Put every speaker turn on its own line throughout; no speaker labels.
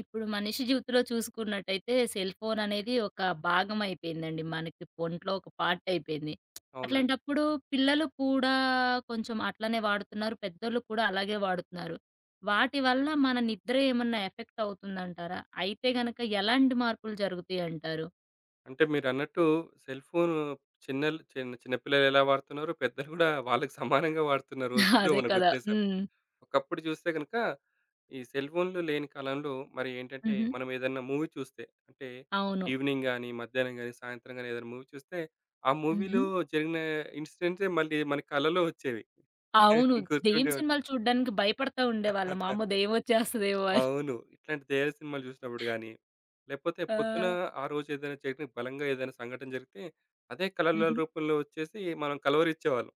ఇప్పుడు మనిషి జీవితంలో చూసుకున్నట్టయితే సెల్ ఫోన్ అనేది ఒక భాగం అయిపోయిందండి. మనకి ఒంట్లో ఒక పార్ట్ అయిపోయింది.
అవునండి.
అట్లాంటప్పుడు పిల్లలు కూడా కొంచెం అట్లనే వాడుతున్నారు. పెద్దోళ్ళు కూడా అలాగే వాడుతున్నారు. వాటి వల్ల మన నిద్ర ఏమన్నా ఎఫెక్ట్ అవుతుందంటారా? అయితే గనక ఎలాంటి మార్పులు జరుగుతాయంటారు?
అంటే మీరన్నట్టు సెల్ ఫోను చిన్న చిన్న పిల్లలు ఎలా వాడుతున్నారో, పెద్దలు గూడా వాళ్ళకి సమానంగా వాడుతున్న రోజుల్లో
అదే కదా!
మనకొచ్చేసాం.
హ్మ్.
ఒకప్పుడు చూస్తే గనుక, ఈ సెల్ ఫోన్‌లు లేని కాలంలో మరి ఏంటంటే,
హుహు.
మనం ఏదన్నా మూవీ చూస్తే అంటే
అవును.
ఈవినింగ్ గాని, మధ్యాహ్నం గాని, సాయంత్రం గాని ఏదైనా మూవీ చూస్తే, ఆ
హుహు.
మూవీలో జరిగిన ఇన్సిడెంట్సే మళ్ళీ మన కలలో వచ్చేవి.
అవును. దెయ్యం
గుర్తుండే
సినిమాలు చూడ్డానికి భయపడతా ఉండేవాళ్ళం. "అమ్మో!
ఉం
దెయ్యం వచ్చేస్తదేమో" అని.
అవును. ఇట్లాంటి ధైర్య సినిమాలు చూసినప్పుడు గాని, లేకపోతే
ఆ!
పొద్దున ఆ రోజు ఏదైనా జరిగిన బలంగా ఏదైనా సంఘటన జరిగితే, అదే కలల
హుహు.
రూపంలో వచ్చేసి మనం కలవరించేవాళ్ళం.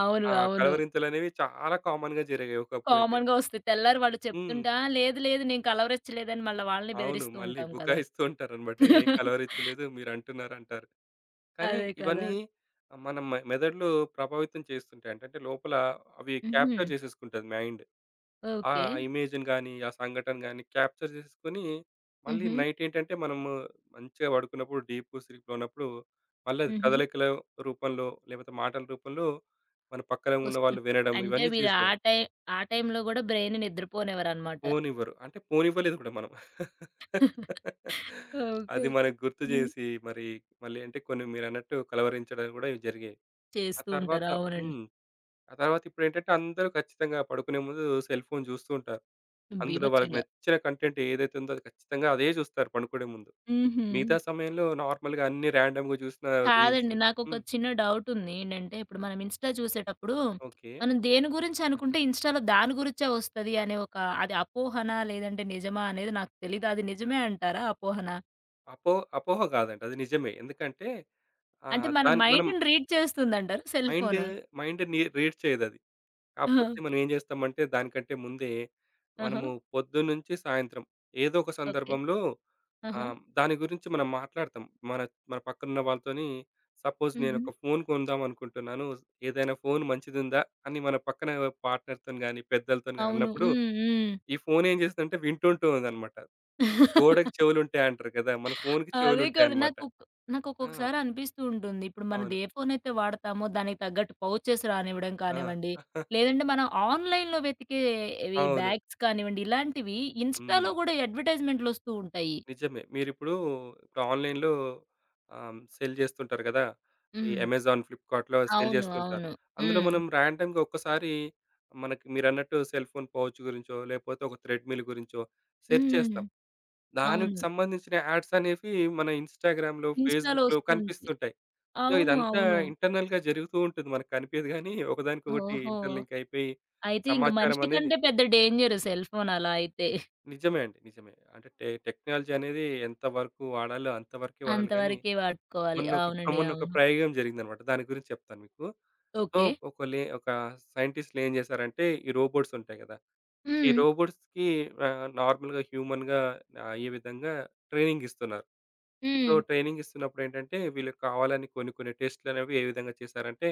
అవును.
ఆ
అవును.
కలవరింతలనేవి చాలా కామన్‌గా జరిగాయి ఒకప్పుడైతే.
కామన్‌గా వస్తాయి. తెల్లారి వాళ్ళు
హ్మ్.
చెప్తుంటే, "ఆ! లేదు లేదు నేను కలవరిచ్చలేదని" మళ్ళా వాళ్ళని
అవును.
బెదిరిస్తూ
మళ్ళీ
ఉంటాం కదా!
బుకాయిస్తూ ఉంటారనమాట. నేనేం కలవరించలేదు మీరంటున్నారు అంటారు. కానీ
అదే కదా!
ఇవన్నీ మన మెదడులో ప్రభావితం చేస్తుంటాయి. అంటే అంటే లోపల అవి
హుహు.
క్యాప్చర్ చేసేసుకుంటది మైండ్. ఆ
ఓకే.
ఇమేజ్‌ని గాని, ఆ సంఘటన గాని క్యాప్చర్ జేసేసుకొని, మళ్ళీ
హుహు.
నైట్ ఏంటంటే మనము మంచిగా పడుకున్నప్పుడు డీప్ స్లీప్‌లో ఉన్నప్పుడు, మళ్ళీ అది
హుహు.
కదలికల రూపంలో, లేకపోతే మాటల రూపంలో మన పక్కన ఉన్న
వస్తు
వాళ్ళు వినడం
అంటే
ఇవన్నీ
మీరు
చేసాం.
ఆ టైంలో గూడా బ్రెయిన్‌ని నిద్రపోనివ్వరనమాట.
పోనివ్వరు. అంటే పోనివ్వలేదు కూడా మనం.
ఓకే.
అది మనకు గుర్తు
హ్మ్.
జేసి మరి మళ్ళీ అంటే కొన్ని మీరన్నట్టు కలవరించడం గూడా జరిగాయి. ఆ
చేస్తూ
తర్వాత
ఉంటారు. అవునండి.
హ్మ్. ఆ తర్వాత ఇప్పుడేంటంటే అందరూ ఖచ్చితంగా పడుకునే ముందు సెల్ ఫోన్ జూస్తూ ఉంటారు. అందులో వాళ్ళకి
బీభత్సంగా.
నచ్చిన కంటెంట్ ఏదైతే ఉందో అది ఖచ్చితంగా అదే చూస్తారు పనుకునే ముందు.
హుహు.
మిగతా సమయంలో నార్మల్‌గా అన్ని ర్యాండమ్‌గా చూసిన రీల్స్.
కాదండి. నాకొక
హ్మ్.
చిన్న డౌటుంది. ఏంటంటే, ఇప్పుడు మనం ఇన్‌స్టా చూసేటప్పుడు,
ఓకే.
మనం దేని గురించి అనుకుంటే ఇన్‌స్టాలో దాని గురించే వస్తది అనే ఒక అది అపోహనా? లేదంటే నిజమా? అనేది నాకు తెలీదు. అది నిజమే అంటారా అపోహనా?
అపో అపోహ కాదండి. అది నిజమే. ఎందుకంటే
అంటే
ఆహ్,
మన
దాన్ని మనం
మైండ్‌ని రీడ్ చేస్తుందంటారా సెల్
మైండ్
ఫోను?
మైండ్ ని రీడ్ చేయదది.
ఆహా!
కాకపోతే మనం ఏం చేస్తామంటే దానికంటే ముందే
ఆహా!
మనము పొద్దున్నుంచి సాయంత్రం ఏదో ఒక
ఓకే.
సందర్భంలో
ఆహా!
ఆహ్, దాని గురించి మనం మాట్లాడతాం. మన మన పక్కనున్న వాళ్ళతోని సపోజ్
హుహు.
నేనొక ఫోన్ కొందాం అనుకుంటున్నాను. ఏదైనా ఫోన్ మంచిదుందా? అని మన పక్కన పార్ట్నర్‌తోని గాని, పెద్దలతోని గాని
అవును.
అన్నప్పుడు
హ్మ్. హ్మ్.
ఈ ఫోన్ ఏం చేస్తుందంటే వింటుంటూ ఉందన్నమాట. గోడకి చెవులుంటాయి అంటారు కదా! మన ఫోన్‌కి
అదే కదా!
చెవులుంటాయన్నమాట. ఆ!
నాకొక్కొక్కసారి అనిపిస్తూ ఉంటుంది. ఇప్పుడు మనం
అవును.
ఏ ఫోనయితే వాడతామో దానికి తగ్గట్టు పౌచెస్ రానివ్వడం
ఆ!
కానివ్వండి, లేదంటే మనం ఆన్‌లైన్‌లో వెతికే ఇవి
అవును.
బ్యాగ్స్ కానివ్వండి, ఇలాంటివి
హ్మ్.
ఇన్‌స్టాలో గూడా అడ్వర్టైజ్‌మెంట్‌లొస్తూ ఉంటాయి.
నిజమే. మీరిప్పుడు ఇప్పుడు ఆన్‌లైన్‌లో ఆహ్, సేల్ చేస్తుంటారు కదా! ఈ
హ్మ్.
అమెజాన్, ఫ్లిప్‌కార్ట్‌లో సేల్
అవును.
చేస్తుంటారు.
అవును.
అందులో
హ్మ్.
మనం ర్యాండమ్‌గా ఒక్కసారి మనకి మీరన్నట్టు సెల్ ఫోన్ పౌచ్ గురించో, లేకపోతే ఒక థ్రెడ్‌మిల్ గురించో సెర్చ్
హ్మ్.
చేస్తాం. దానికి
అవును.
సంబంధించిన యాడ్స్ అనేవి మన ఇన్‌స్టాగ్రామ్‌లో,
ఇన్‌స్టాలో
ఫేస్‌బుక్‌లో
వస్తూ ఉంటాయి.
కనిపిస్తుంటాయి. సో,
అవును.
ఇదంతా
అవును.
ఇంటర్నల్‌గా జరుగుతూ ఉంటుంది. మనకు కనిపియదు గానీ, ఒకదానికొకటి
ఓహో!
ఇంటర్‌లింక్ అయిపోయి
అయితే ఇంక
సమాచారం
మనిషి
అనేది
కంటే పెద్ద డేంజరు సెల్ ఫోన్ అలా అయితే.
నిజమే అండి. నిజమే. అంటే టెక్నాలజీ అనేది ఎంత వరకు వాడాలో అంతవరకే వాడాలి గానీ
అంతవరకే వాడుకోవాలి.
మొన్నొక
అవునండి.
మొన్నొక
అవును.
ప్రయోగం జరిగిందనమాట. దాని గురించి చెప్తాను మీకు. So,
okay.
ఒక సైంటిస్ట్‌లు ఏం చేశారంటే, ఈ రోబోట్స్ ఉంటాయి కదా! ఈ
హ్మ్.
రోబోట్స్‌కి ఆహ్, నార్మల్‌గా హ్యూమన్‌గా అయ్యే విధంగా ట్రైనింగ్ ఇస్తున్నారు. సో,
హ్మ్.
ట్రైనింగ్ ఇస్తున్నప్పుడు ఏంటంటే, వీళ్ళకి కావాలని కొన్ని కొన్ని టెస్ట్‌లనేవి ఏ విధంగా చేశారంటే,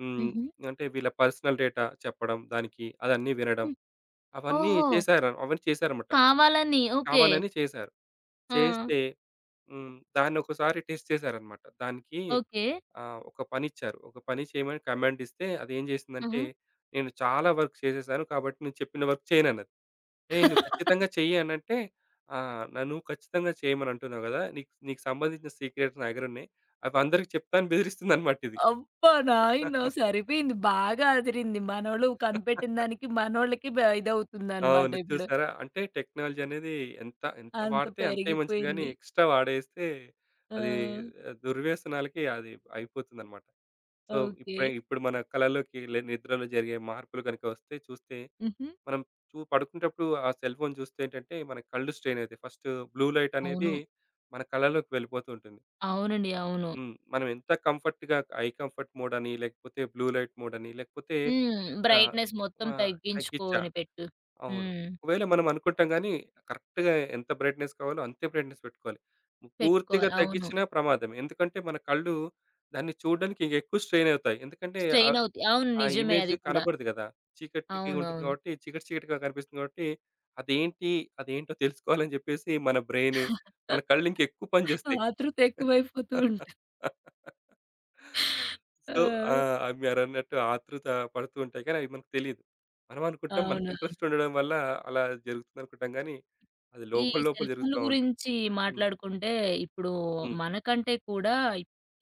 హ్మ్.
హుహు.
అంటే వీళ్ళ పర్సనల్ డేటా చెప్పడం, దానికి అదన్నీ వినడం,
హ్మ్.
అవన్నీ
ఓహో!
చేశారు. అవన్నీ చేశారన్నమాట.
కావాలని. ఓకే.
కావాలని చేశారు.
ఆ!
చేస్తే హ్మ్. దాన్నొకసారి టెస్ట్ చేశారన్నమాట. దానికి
ఓకే.
ఆ! ఒక పనిచ్చారు. ఒక పని చేయమని కమాండ్ ఇస్తే అదేం చేసిందంటే,
హుహు.
నేను చాలా వర్క్ చేసేసాను కాబట్టి నేను చెప్పిన వర్క్ చేయనన్నది. "ఏయ్! నువ్వు ఖచ్చితంగా చెయ్యి" అనంటే, ఆహ్, "నన్ను ఖచ్చితంగా చేయమని అంటున్నావు కదా! నీకు నీకు సంబంధించిన సీక్రెట్స్ నా దగ్గర ఉన్నాయి. అవి అందరికి చెప్తా" అని బెదిరిస్తుందన్నమాట ఇది.
అబ్బా! నాయనో! సరిపోయింది. బాగా అదిరింది. మనోళ్ళు కనిపెట్టిన దానికి మనోళ్ళకి బ ఇదవుతుందనమాట
అవును.
ఇప్పుడు.
చూసారా? అంటే టెక్నాలజీ అనేది ఎంత ఎంత
అంత
వాడితే అంతే మంచిది గానీ,
పెరిగిపోయింది.
ఎక్స్‌ట్రా వాడేస్తే
ఆ!
అది ఆ, దుర్వ్యసనాలకి అది అయిపోతుందన్నమాట. So,
okay.
ఇప్పుడు మన కళల్లోకి నిద్రలో జరిగే మార్పులు గనుక వస్తే చూస్తే
హుహు.
మనం పడుకునేటప్పుడు ఆ సెల్ ఫోన్ చూస్తే ఏంటంటే మన కళ్ళు స్ట్రెయిన్ అవుతాయి. ఫస్ట్ బ్లూ లైట్ అనేది
అవును.
మన కళ్ళలోకి వెళ్ళిపోతూ ఉంటుంది.
అవునండి. అవును.
హ్మ్. మనం ఎంత కంఫర్ట్‌గా ఐ కంఫర్ట్ మోడ్ అని, లేకపోతే బ్లూ లైట్ మోడ్ అని, లేకపోతే
హ్మ్.
ఆహ్,
బ్రైట్‌నెస్ మొత్తం
మా తగ్గించా.
తగ్గించుకొని పెట్టు.
అవును.
హ్మ్.
ఒకవేళ మనం అనుకుంటాం గానీ, కరెక్ట్‌గా ఎంత బ్రైట్‌నెస్ కావాలో అంతే బ్రైట్‌నెస్ పెట్టుకోవాలి. పూర్తిగా
పెట్టుకోవాలి. అవును.
తగ్గించినా ప్రమాదమే. ఎందుకంటే, మన కళ్ళు దాన్ని చూడడానికి ఇంకెక్కువ స్ట్రెయిన్ అవుతాయి. ఎందుకంటే ఆ
స్ట్రెయిన్ అవుతాయి. అవును.
ఆ
నిజమే
ఇమేజ్
అది కూడా.
కనబడదు కదా! చీకటికి ఉంటుంది
అవునవును.
కాబట్టి, చీకటి చీకటిగా కనిపిస్తుంది కాబట్టి, అదేంటి? అదేంటో తెలుసుకోవాలని చెప్పేసి మన
ఆతృత
బ్రెయిన్, మన కళ్ళు ఇంకెక్కువ పని చేస్తాయి.
ఎక్కువైపోతూ ఉం
సో, ఆ!
ఆ!
అవి మీరన్నట్టు ఆతృత పడుతూ ఉంటాయి కానీ, అవి మనకు తెలీదు. మనం అనుకుంటాం మనకి
అవును.
ఇంట్రెస్ట్ ఉండడం వల్ల అలా జరుగుతుందనుకుంటాం గానీ, అది
ఈ
లోపల లోపల
సెల్ ఫోన్‌ల
జరుగుతా ఉంటుంది.
గురించి
హ్మ్.
మాట్లాడుకుంటే, ఇప్పుడు
హ్మ్.
మనకంటే కూడా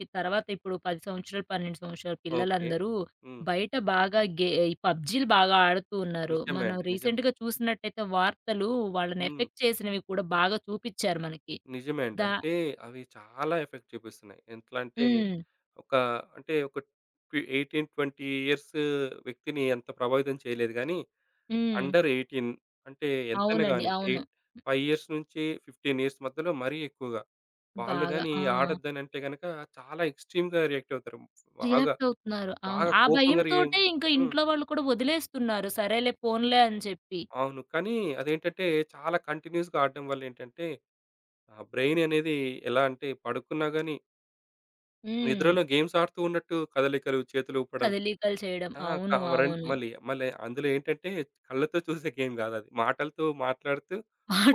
ఈ తర్వాత ఇప్పుడు 10 సంవత్సరాలు, 12 సంవత్సరాల
ఓకే.
పిల్లలందరూ
హ్మ్.
బయట బాగా గే ఈ పబ్‌జీలు బాగా ఆడుతూ ఉన్నారు.
నిజమే
మనం
అండి. నిజమే.
రీసెంట్‌గా చూసినట్టయితే వార్తలు వాళ్ళని
హ్మ్.
ఎఫెక్ట్ చేసినవి కూడా బాగా చూపిచ్చారు మనకి.
నిజమే అండి.
దా
అంటే అవి చాలా ఎఫెక్ట్ చూపిస్తున్నాయి. ఎట్లా అంటే
హ్మ్.
ఒక అంటే ఒక ట్వీ 18, 20 ఇయర్స్ వ్యక్తిని అంత ప్రభావితం చేయలేదు గానీ,
హ్మ్.
అండర్ 18 అంటే ఎంతైనా
అవునండి.
గాని
అవును.
5 ఇయర్స్ నుంచి 15 ఇయర్స్ మధ్యలో మరీ ఎక్కువగా. వాళ్ళు
బాగా.
గాని
ఆ!
ఆడొద్దనంటే గనక చాలా ఎక్స్‌ట్రీమ్‌గా రియాక్ట్ అవుతారు. బాగా,
రియాక్ట్ అవుతున్నారు. అవును.
బాగా
ఆ
కోపంగా రి
భయంతోటే ఇంకా
హ్మ్.
ఇంట్లో వాళ్ళు కూడా వదిలేస్తున్నారు. సరేలే పోన్లే అని చెప్పి.
అవును. కానీ అదేంటంటే చాలా కంటిన్యూయస్‌గా ఆడడం వల్ల ఏంటంటే, ఆ బ్రెయిన్ అనేది ఎలా అంటే పడుకున్నా గాని
హ్మ్.
నిద్రలో గేమ్స్ ఆడుతూ ఉన్నట్టు కదలికలు, చేతులు ఊపడం.
కదలికలు చేయడం.
ఆ!
అవును.
మరండి,
అవును.
మళ్ళీ, మళ్ళీ అందులో ఏంటంటే కళ్ళతో చూసే గేమ్ గాదది. మాటలతో మాట్లాడుతూ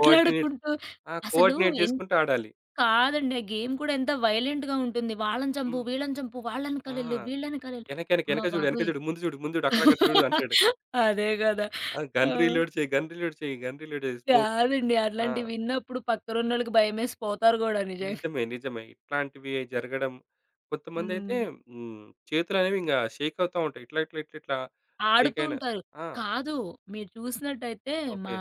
కోఆర్డినేట్ ఆ!
అసలు
కోఆర్డినేట్
ఎన్
జేసుకుంటూ ఆడాలి.
కాదండి. ఆ గేమ్ కూడా ఎంత వైలెంట్‌గా ఉంటుంది. వాళ్ళని చంపు,
హ్మ్.
వీళ్ళని చంపు, వాళ్ళ
ఆ!
ఎనకాలెళ్ళు, వీళ్ళ ఎనకాలెళ్ళు.
"ఎనకెనక,
అమ్మ
ఎనక జూడు, ఎనక
బాబోయ్!
జూడు, ముందు జూడు, ముందు జూడు, అక్కడక్కడ జూడు" అంటాడు.
అదే గదా!
ఆ!
ఆ!
"గన్ రీలోడ్ చెయి, గన్ రీలోడ్ చెయి, గన్ రీలోడ్ చెయి, స్మోక్".
కాదండి.
ఆ!
అట్లాంటివి విన్నప్పుడు పక్కనున్నోళ్ళకి భయమేసి పోతారు గూడా నిజంగా.
నిజమే. నిజమే. ఇట్లాంటివి జరగడం కొంతమందైతే
హ్మ్.
హ్మ్. చేతులనేవి ఇంగ షేక్ అవుతా ఉంటాయి. ఇట్లా, ఇట్లా, ఇట్లా, ఇట్లా
ఆడుతూ
షేకయిన
ఉంటారు.
ఆ!
కాదు. మీరు చూసినట్టయితే
ఓకే.
మా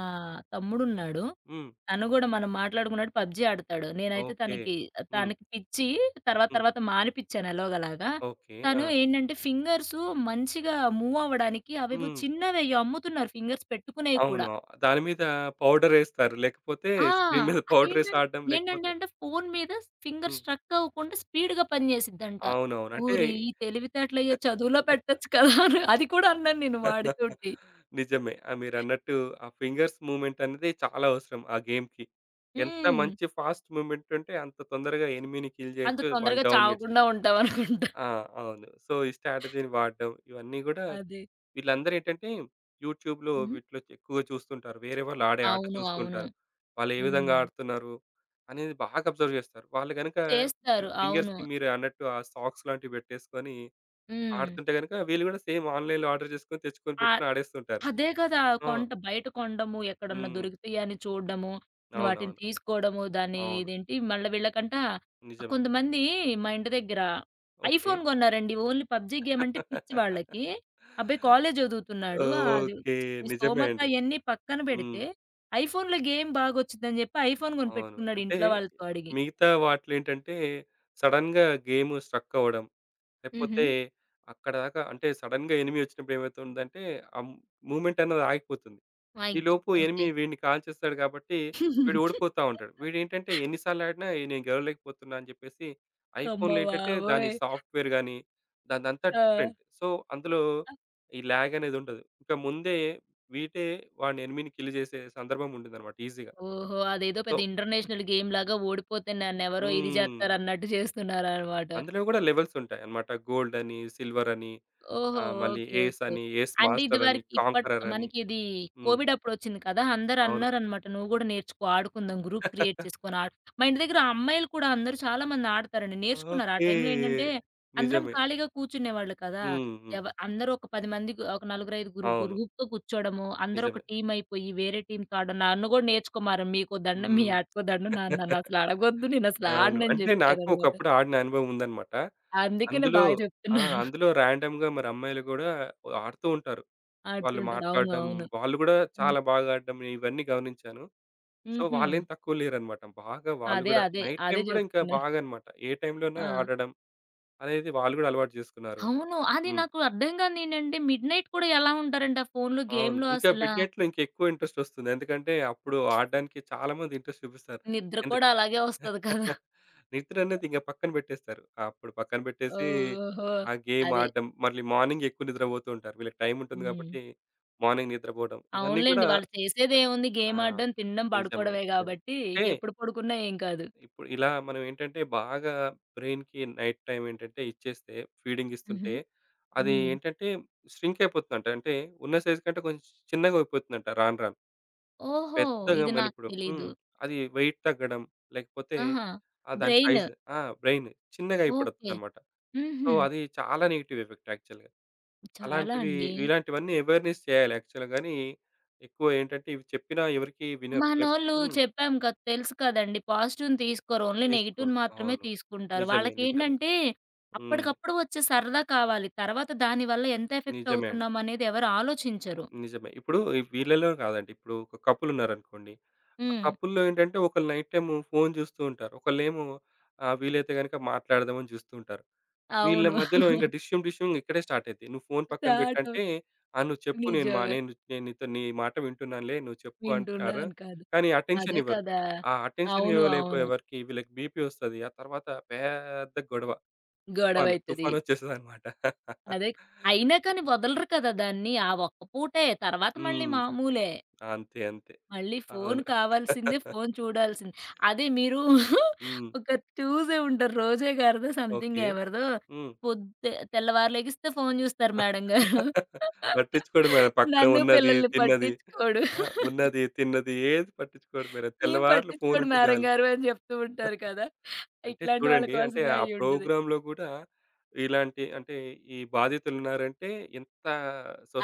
తమ్ముడున్నాడు
హ్మ్.
తను గూడా మనం మాట్లాడుకున్నట్టు పబ్‌జీ ఆడతాడు. నేనైతే
ఓకే.
తనకి
హ్మ్.
తనకి పిచ్చి తర్వాత
హ్మ్.
తర్వాత మానిపిచ్చాను ఎలాగోలాగా.
ఓకే.
తను
ఆ!
ఏంటంటే ఫింగర్సు మంచిగా మూవ్ అవ్వడానికి అవేవో
హ్మ్.
చిన్నవెయ్యో అమ్ముతున్నారు ఫింగర్స్ పెట్టుకునేయి కూడా.
అవును. దాని మీద పౌడరేస్తారు. లేకపోతే
ఆ!
స్క్రీన్ మీద పౌడరేసి
అదేంటంటే
ఆడడం
ఏంటంటే
లేకపోతే
అంటే ఫోను మీద ఫింగర్
హ్మ్.
స్ట్రక్ అవ్వకుండా స్పీడ్‌గా పనిచేసిద్దంట.
అవునవును. అంటే
ఓరేయ్! ఈ తెలివితేటలయ్యా చదువులో పెట్టొచ్చు కదా! అని అది కూడా అన్నాను నేను వాడితోటి.
నిజమే. ఆహ్, మీరన్నట్టు ఆ ఫింగర్స్ మూవ్‌మెంట్ అనేది చాలా అవసరం ఆ గేమ్‌కి. ఎంత
హ్మ్.
మంచి ఫాస్ట్ మూవ్‌మెంట్ ఉంటే అంత తొందరగా ఎనిమీని కిల్
అంత
చేయొచ్చు. వాడిని
తొందరగా
డౌన్
చావకుండా
జేసేయొచ్చు.
ఉంటాం అనుకుంటా.
ఆ! అవును. సో, ఈ స్ట్రాటజీని వాడడం ఇవన్నీ గూడా
అదే.
వీళ్ళందరూ ఏంటంటే యూట్యూబ్‌లో
హ్మ్.
వీటిలో ఎక్కువగా చూస్తుంటారు. వేరే వాళ్ళు ఆడే ఆట
అవును. అవును.
చూస్తుంటారు. వాళ్ళు ఏ విధంగా
హ్మ్.
ఆడుతున్నారు అనేది బాగా అబ్జర్వ్ చేస్తారు. వాళ్ళు గనుక
చేస్తారు.
మీరు
అవును.
ఫింగర్స్‌కి మీరు అన్నట్టు ఆ సాక్స్ లాంటివి పెట్టేసుకొని
హ్మ్.
ఆడుతుంటే గనుక వీళ్ళు కూడా సేమ్ ఆన్‌లైన్‌లో ఆర్డర్ చేసుకొని, తెచ్చుకొని
ఆహ్,
పెట్టుకొని ఆడేస్తుంటారు.
అదే కదా!
ఆ!
కొంట బయట కొనడము, ఎక్కడన్నా
హ్మ్.
దొరుకుతాయా అని చూడడము, వాటిని
అవునవును.
తీసుకోవడము, దాన్ని
అవును.
ఇదేంటి మళ్ళీ వీళ్ళకంట
నిజమే.
కొంతమంది మా ఇంటి దగ్గర
ఓకే.
ఐఫోన్ కొన్నారండి. ఓన్లీ పబ్‌జీ గేమ్ అంటే పిచ్చి వాళ్ళకి. అబ్బాయి కాలేజ్ చదువుతున్నాడు. ఆ అది
ఓకే.
ఈ
నిజమే
స్థోమత
అండి.
అయన్నీ పక్కన
హ్మ్.
పెడితే ఐఫోన్‌లో గేమ్ బాగొచ్చిద్దని చెప్పి ఐఫోన్
అవును.
కొనిపెట్టుకున్నాడు
అంటే
ఇంట్లో వాళ్ళతో అడిగి.
మిగతా వాటిలో ఏంటంటే సడెన్‌గా గేమ్ స్ట్రక్ అవ్వడం
హుహు.
లేకపోతే అక్కడ దాకా అంటే సడెన్‌గా ఎనిమీ వచ్చినప్పుడు ఏమైతుందంటే, ఆ మూవ్‌మెంట్ అన్నది ఆగిపోతుంది.
ఆగిపోత్
ఈలోపు
ఓకే.
ఎనిమీ వీడిని కాల్చేస్తాడు కాబట్టి, వీడు ఓడిపోతా ఉంటాడు. వీడేంటంటే ఎన్ని సార్లు ఆడినా "ఏ, నేను గెలవలేకపోతున్నా అని చెప్పేసి,
అమ్మ
ఐఫోన్‌లో ఏంటంటే దాని
బాబోయ్!
సాఫ్ట్‌వేర్ గాని, దానిదంతా
ఆ!
డిఫరెంట్. సో, అందులో ఈ ల్యాగ్ అనేది ఉండదు. ఇంకా ముందే వీటే వాడిని ఎనిమీని కిల్ చేసే సందర్భం ఉంటుందన్నమాట ఈజీగా.
ఓహో! అదేదో
సో
పెద్ద ఇంటర్నేషనల్ గేమ్‌లాగా ఓడిపోతే నన్నెవరో ఇది
హ్మ్.
జేత్తారన్నట్టు చేస్తున్నారనమాట.
అందులో కూడా లెవెల్స్ ఉంటాయన్నమాట. గోల్డ్ అని, సిల్వర్ అని ఆ!
ఓహో!
మళ్ళీ
ఓకే.
ఏస్
ఓకే.
అని, ఏస్
అంటే
మాస్టర్ అని,
ఇదివరకు ఇప్పట్
కాంకరర్ అని.
మనకిది
హ్మ్.
కోవిడ్ అప్పుడొచ్చింది కదా! అందరూ
అవును.
అన్నారనమాట. నువ్వు గూడా నేర్చుకో ఆడుకుందాం గ్రూప్ క్రియేట్ చేసుకొని ఆడు మా ఇంటి దగ్గర అమ్మాయిలు కూడా అందరూ చాలా మంది ఆడతారండి. నేర్చుకున్నారు. ఆ
ఓకే.
టైంలో ఏంటంటే అందరం
నిజమే.
ఖాళీగా కూర్చునేవాళ్ళు కదా!
హ్మ్. హ్మ్.
అందరూ ఒక 10 మంది ఒక నలుగురైదుగురు
అవును.
గ్రూప్‌గా కూర్చోవడము. అందరూ
నిజమే.
ఒక టీమ్ అయిపోయి వేరే టీమ్‌తో ఆడడం. నన్ను గూడా నేర్చుకోమన్నారు. మీకో దండం, మీ
హ్మ్.
ఆటకో దండం. నన్నసలు అడగొద్దు. నేనసలు
అవును.
ఆడనని
అంటే నాకు
జెప్పారనమాట.
ఒకప్పుడు ఆడిన అనుభవం ఉందన్నమాట.
అందుకనే
అందులో
బాగా
ఆ!
చెప్తున్నారు.
అందులో రాండమ్‌గా మరి అమ్మాయిలు గూడా ఆడుతూ ఉంటారు. వాళ్ళు
ఆడుతుంటారు. అవును.
మాట్లాడడం,
అవును.
వాళ్ళు గూడా చాలా బాగా ఆడడం నేను ఇవన్నీ గమనించాను. సో,
హుహు.
వాళ్ళేం తక్కువ లేరన్నమాట. బాగా వాళ్ళు
అదే.
గూడా
అదే.
నైట్
అదే
టైమ్ గూడా ఇంకా
జెప్తున్నారు.
బాగా అన్నమాట. ఏ టైమ్‌లోనే
ఆ!
ఆడడం అనేది వాళ్ళు గూడా అలవాటు జేసుకున్నారు.
అవును. అది
హ్మ్.
నాకు అర్థం గానియండి. మిడ్‌నైట్ కూడా ఎలా ఉంటారంటే ఆ ఫోన్‌లు,
అవును.
గేమ్‌లు
ఇంకా
అసల
మిడ్ నైట్‌లో ఇంకెక్కువ ఇంట్రెస్టొస్తుంది. ఎందుకంటే, అప్పుడు ఆడడానికి చాలా మంది ఇంట్రెస్ట్ చూపిస్తారు.
నిద్ర
ఎందుకు
కూడా అలాగే వస్తది కదా!
నిద్రనేది ఇంక పక్కన పెట్టేస్తారు. అప్పుడు పక్కన పెట్టేసి,
ఓహ్! ఓహో!
ఆ గేమ్
అదే.
ఆడడం, మళ్ళీ మార్నింగ్ ఎక్కువ నిద్రపోతూ ఉంటారు. వీళ్ళకి టైముంటుంది
హ్మ్.
కాబట్టి, మార్నింగ్ నిద్రపోవడం. ఇవన్నీ కూడా
అవునులెండి. వాళ్ళు చేసేదేముంది
ఆ!
గేమ్ ఆడడం, తినడం,
నిజమే.
పడుకోవడమే
నిజమే.
గాబట్టి
అంటే,
ఇకెప్పుడు పడుకున్నా ఏం కాదు.
ఇప్పుడు ఇలా మనం ఏంటంటే, బాగా బ్రెయిన్‌కి నైట్ టైమ్ ఏంటంటే ఇచ్చేస్తే, ఫీడింగ్
హుహు.
ఇస్తుంటే, అది
హ్మ్.
ఏంటంటే, ష్రింక్ అయిపోతుందంట. అంటే, ఉన్న సైజ్ కంటే కొంచెం చిన్నగా అయిపోతుందంట రాను రాను.
ఓహో!
పెద్దగా
ఇది నాకు
మనకిప్పుడు హ్మ్.
తెలీదు.
అది వెయిట్ తగ్గడం, లేకపోతే
ఆహా!
ఆహ్, దాని
బ్రెయిన్.
సైజ్ ఆ! బ్రెయిన్ చిన్నగా
ఓకే.
అయిపోతుందనమాట. సో,
హుహు.
అది చాలా నెగెటివ్ ఎఫెక్ట్ యాక్చువల్‌గా.
చాలా
అలాంటివి
అండి.
ఇలాంటివన్నీ అవేర్‌నెస్ చేయాలి యాక్చువల్‌గా గానీ, ఎక్కువ ఏంటంటే ఇవి చెప్పినా ఎవరికీ వినరు.
మనోళ్ళు
హ్మ్.
చెప్పాం కదా! తెలుసు కదండీ. పాజిటివ్‌ని తీసుకోరు. ఓన్లీ నెగెటివ్‌ని
తీసుకోరు.
మాత్రమే
అవును.
తీసుకుంటారు.
నిజమే. నిజమే.
వాళ్ళకేంటంటే
హ్మ్.
అప్పటికప్పుడు వచ్చే సరదా కావాలి. తర్వాత దాని వల్ల ఎంత ఎఫెక్ట్
నిజమే అండి.
అవుతున్నాం అనేది ఎవరు ఆలోచించరు.
నిజమే. ఇప్పుడు ఈ వీళ్ళలో కాదండి. ఇప్పుడు ఒక కపుల్ ఉన్నారనుకోండి. ఆ
హ్మ్.
కపుల్‌లో ఏంటంటే ఒకళ్ళు నైట్ టైమ్ ఫోను చూస్తూ ఉంటారు. ఒకళ్ళేమో ఆహ్, వీలైతే గనక మాట్లాడదామని చూస్తూ ఉంటారు. వీళ్ళ
అవును.
మధ్యలో ఇంక డిష్యూమ్ డిష్యూమ్ ఇక్కడే స్టార్ట్ అయిద్ది. "నువ్వు ఫోను పక్కన
స్టార్ట్ అవుతుంది.
పెట్టంటే, ఆ! నువ్వు చెప్పు, నేను మా
నిజమే.
నేను నేను నీతో నీ మాట వింటున్నానులే నువ్వు చెప్పు" అంటారు.
వింటున్నాను కాదు.
కానీ అటెన్షన్
అదే
ఇవ్వరు.
కదా!
ఆ అటెన్షన్
అవును. అవును.
ఇవ్వలేపోయేవరికి వీళ్ళకి బీపీ వస్తది. ఆ తర్వాత పెద్ద గొడవ. తుఫాను,
గొడవైతది.
తుఫానొచ్చేస్తదనమాట.
అదే అయినా కానీ వదలరు కదా దాన్ని. ఆ ఒక్క పూటే. తర్వాత మళ్ళీ
హ్మ్.
మామూలే.
అంతే. అంతే.
మళ్ళీ ఫోను
అవును.
కావాల్సిందే, ఫోను చూడాల్సిందే. అదే మీరు
హ్మ్.
ఒక చూసే ఉంటారు. రోజా గారిదో సంథింగ్
ఓకే.
ఎవరిదో
హ్మ్.
పొద్దు తెల్లవారు లెగిస్తే ఫోను చూస్తారు మేడం గారు.
పట్టించుకోడు మేడం. పక్కన
నన్ను
ఉన్నది,
పిల్లల్ని
తిన్నది.
పట్టించుకోడు.
ఆ! ఉన్నది, తిన్నది ఏది పట్టించుకోడు మేడం.
ఏం
తెల్లవార్లు
పట్టించుకోడు
ఫోనుంటే
మేడం
చాలు.
గారు అని చెప్తూ ఉంటారు కదా!
అంటే
ఇట్లాంటి వాళ్ళ
చూడండి. అంటే
కోసమే
ఆ
అయ్యుంటది.
ప్రోగ్రామ్‌లో గూడా ఇలాంటి అంటే ఈ బాధితులున్నారంటే ఎంత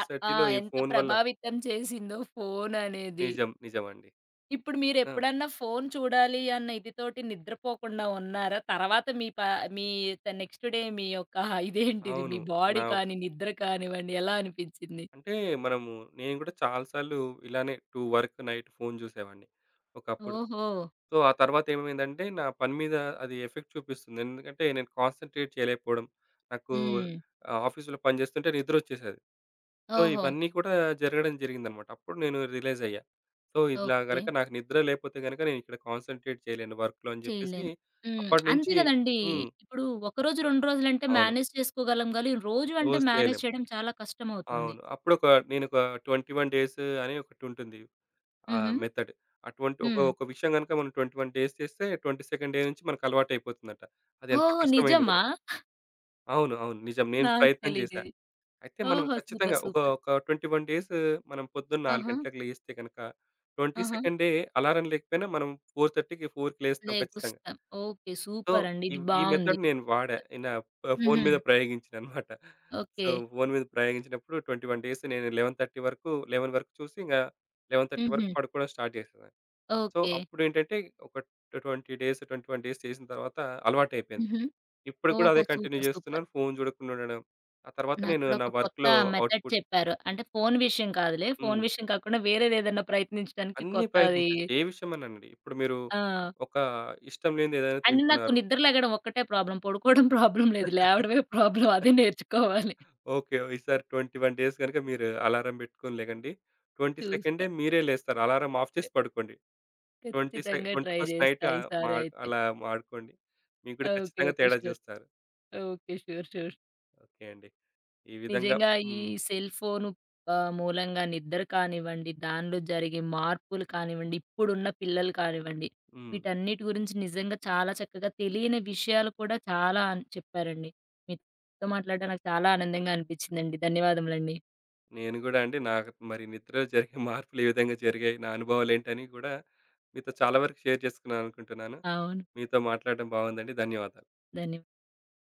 అ ఆ! ఆ,
ఈ
ఎంత
ఫోను వల్ల
ప్రభావితం చేసిందో ఫోననేది.
నిజం. నిజమండి.
ఇప్పుడు
ఆ!
మీరెప్పుడన్నా ఫోను చూడాలి అన్న ఇదితోటి నిద్రపోకుండా ఉన్నారా? తర్వాత మీ ప మీ నెక్స్ట్ డే మీ యొక్క ఇదేంటిది మీ
అవును. నా
బాడీ కానీ, నిద్ర కానివ్వండి ఎలా అనిపించింది?
అంటే మనము నేను గూడా చాలా సార్లు ఇలానే 2 వరకు నైట్ ఫోను జూసేవాడిని ఒకప్పుడు.
ఓహో!
సో, ఆ తర్వాత ఏమైందంటే నా పని మీద అది ఎఫెక్ట్ చూపిస్తుంది. ఎందుకంటే నేను కాన్సంట్రేట్ చేయలేకపోవడం. నాకు
హ్మ్.
ఆహ్, ఆఫీస్‌లో పని జేస్తుంటే నిద్రొచ్చేసేది. సో,
ఓహో!
ఇవన్నీ కూడా జరగడం జరిగిందనమాట. అప్పుడు నేను రియలైజ్ అయ్యా. సో, ఇలా
ఓకే.
గనక నాకు నిద్ర లేపోతే గనక నేను ఇక్కడ కాన్సంట్రేట్ చేయలేను వర్క్‌లో అని జెప్పేసి
చేయలేను. హ్మ్. అంతే
అప్పటినుంచి
గదండీ!
హ్మ్.
ఇప్పుడు ఒకరోజు, 2 రోజులంటే
అవును.
మేనేజ్ చేసుకోగలం గానీ, రోజు అంటే
రోజు చేయలేం.
మేనేజ్ చేయడం చాలా కష్టమవుతుంది.
అవును. అప్పుడొక నేనొక 21 డేస్ అని ఒకటుంటుంది. ఆ
హుహు.
మెథడ్. ఆ 20 ఒక
హ్మ్.
ఒక విషయం గనక మనం 21 డేస్ చేస్తే 22nd డే నుంచి మనకు అలవాటయిపోతుందట. అది ఎంత
ఓహో!
కష్టమైంది
నిజమా?
గూడా. అవును. అవును. నిజం. నేను
నాకు
ప్రయత్నం
తెలీదు.
చేశా. అయితే మనం
ఓహో!
ఖచ్చితంగా
సూపర్.
ఒక
సూపర్.
ఒక 21 డేస్ మనం పొద్దున్న 4
ఆహా!
గంటలకు లేస్తే గనక,
ఆహా!
22nd డే అలారం లేకపోయినా మనం 4:30కి, 4కి లేస్తాం ఖచ్చితంగా.
లెగుస్తాం. ఓకే.
సో,
సూపర్ అండి.
ఈ
ఇది
ఈ
బావుంది.
మెథడ్ నేను వాడా. నా ఫోను
హుహు.
మీద ప్రయోగించాననమాట. So,
okay.
ఫోను మీద ప్రయోగించినప్పుడు 21 డేస్ నేను 11:30 వరకు 11 వరకు చూసి ఇంగా 11:30 వరకు
హుహు.
పడుకోవడం స్టార్ట్ చేసేదాన్ని. So,
okay.
అప్పుడేంటంటే ఒక 20 డేస్, 21 డేస్ చేసిన తర్వాత అలవాటయిపోయింది.
హుహు.
ఇప్పుడు కూడా
ఓహో!
అదే కంటిన్యూ
సూపర్. సూపర్.
చేస్తున్నాను. ఫోను చూడకుండా ఉండడం. ఆ తర్వాత
నాకు
నేను
కూడా
నా
ఒక కొత్త
వర్క్‌లో
మెథడ్
అవుట్‌పుట్
చెప్పారు. అంటే ఫోను విషయం కాదులే. ఫోను
హ్మ్.
విషయం కాకుండా వేరేదేదన్నా ప్రయత్నించడానికి
అన్నీ
కొత్తది
ప్రయత్నించొచ్చు. ఏ విషయమన్నానండి. ఇప్పుడు మీరు
ఆ!
ఒక ఇష్టం లేనిది ఏదైనా
అండ్ నాకు
తింటున్నారు.
నిద్ర లెగడం ఒక్కటే ప్రాబ్లమ్. పడుకోవడం ప్రాబ్లమ్ లేదు. లేవడమే ప్రాబ్లమ్. అదే నేర్చుకోవాలి.
ఓకే. ఈసారి 21 డేస్ గనుక మీరు అలారం పెట్టుకొని లెగండి. 20 సెకండే
చూస్తా.
మీరే లేస్తారు. అలారం ఆఫ్ చేసి పడుకోండి. 20 సె
ఖచ్చితంగా ట్రై
21స్ట్ నైట్
చేస్తా
ఆహ్,
ఈసారి
మాడ్
అయితే.
అలా ఆడుకోండి. మీకు కూడా
ఓకే.
ఖచ్చితంగా
ఓకే.
తేడా
ష్యూర్.
చూస్తారు.
ఓకే. ష్యూర్. ష్యూర్.
ఓకే అండి. ఈ విధంగా
నిజంగా ఈ
హ్మ్.
సెల్ ఫోను ఆహ్, మూలంగా నిద్ర కానివ్వండి, దానిలో జరిగే మార్పులు కానివ్వండి, ఇప్పుడున్న పిల్లలు కానివ్వండి,
హ్మ్.
వీటన్నిటి గురించి నిజంగా చాలా చక్కగా తెలియని విషయాలు కూడా చాలా అన్ చెప్పారండి. మీతో మాట్లాడడం నాకు చాలా ఆనందంగా అనిపించిందండి. ధన్యవాదములండి.
నేను గూడా అండి నాకు మరి నిద్రలో జరిగే మార్పులు ఏ విధంగా జరిగాయి, నా అనుభవాలేంటని గూడా మీతో చాలా వరకు షేర్ చేసుకున్నాననుకుంటున్నాను.
అవును.
మీతో మాట్లాడడం బాగుందండి. ధన్యవాదాలు.
ధన్యవాదాలు.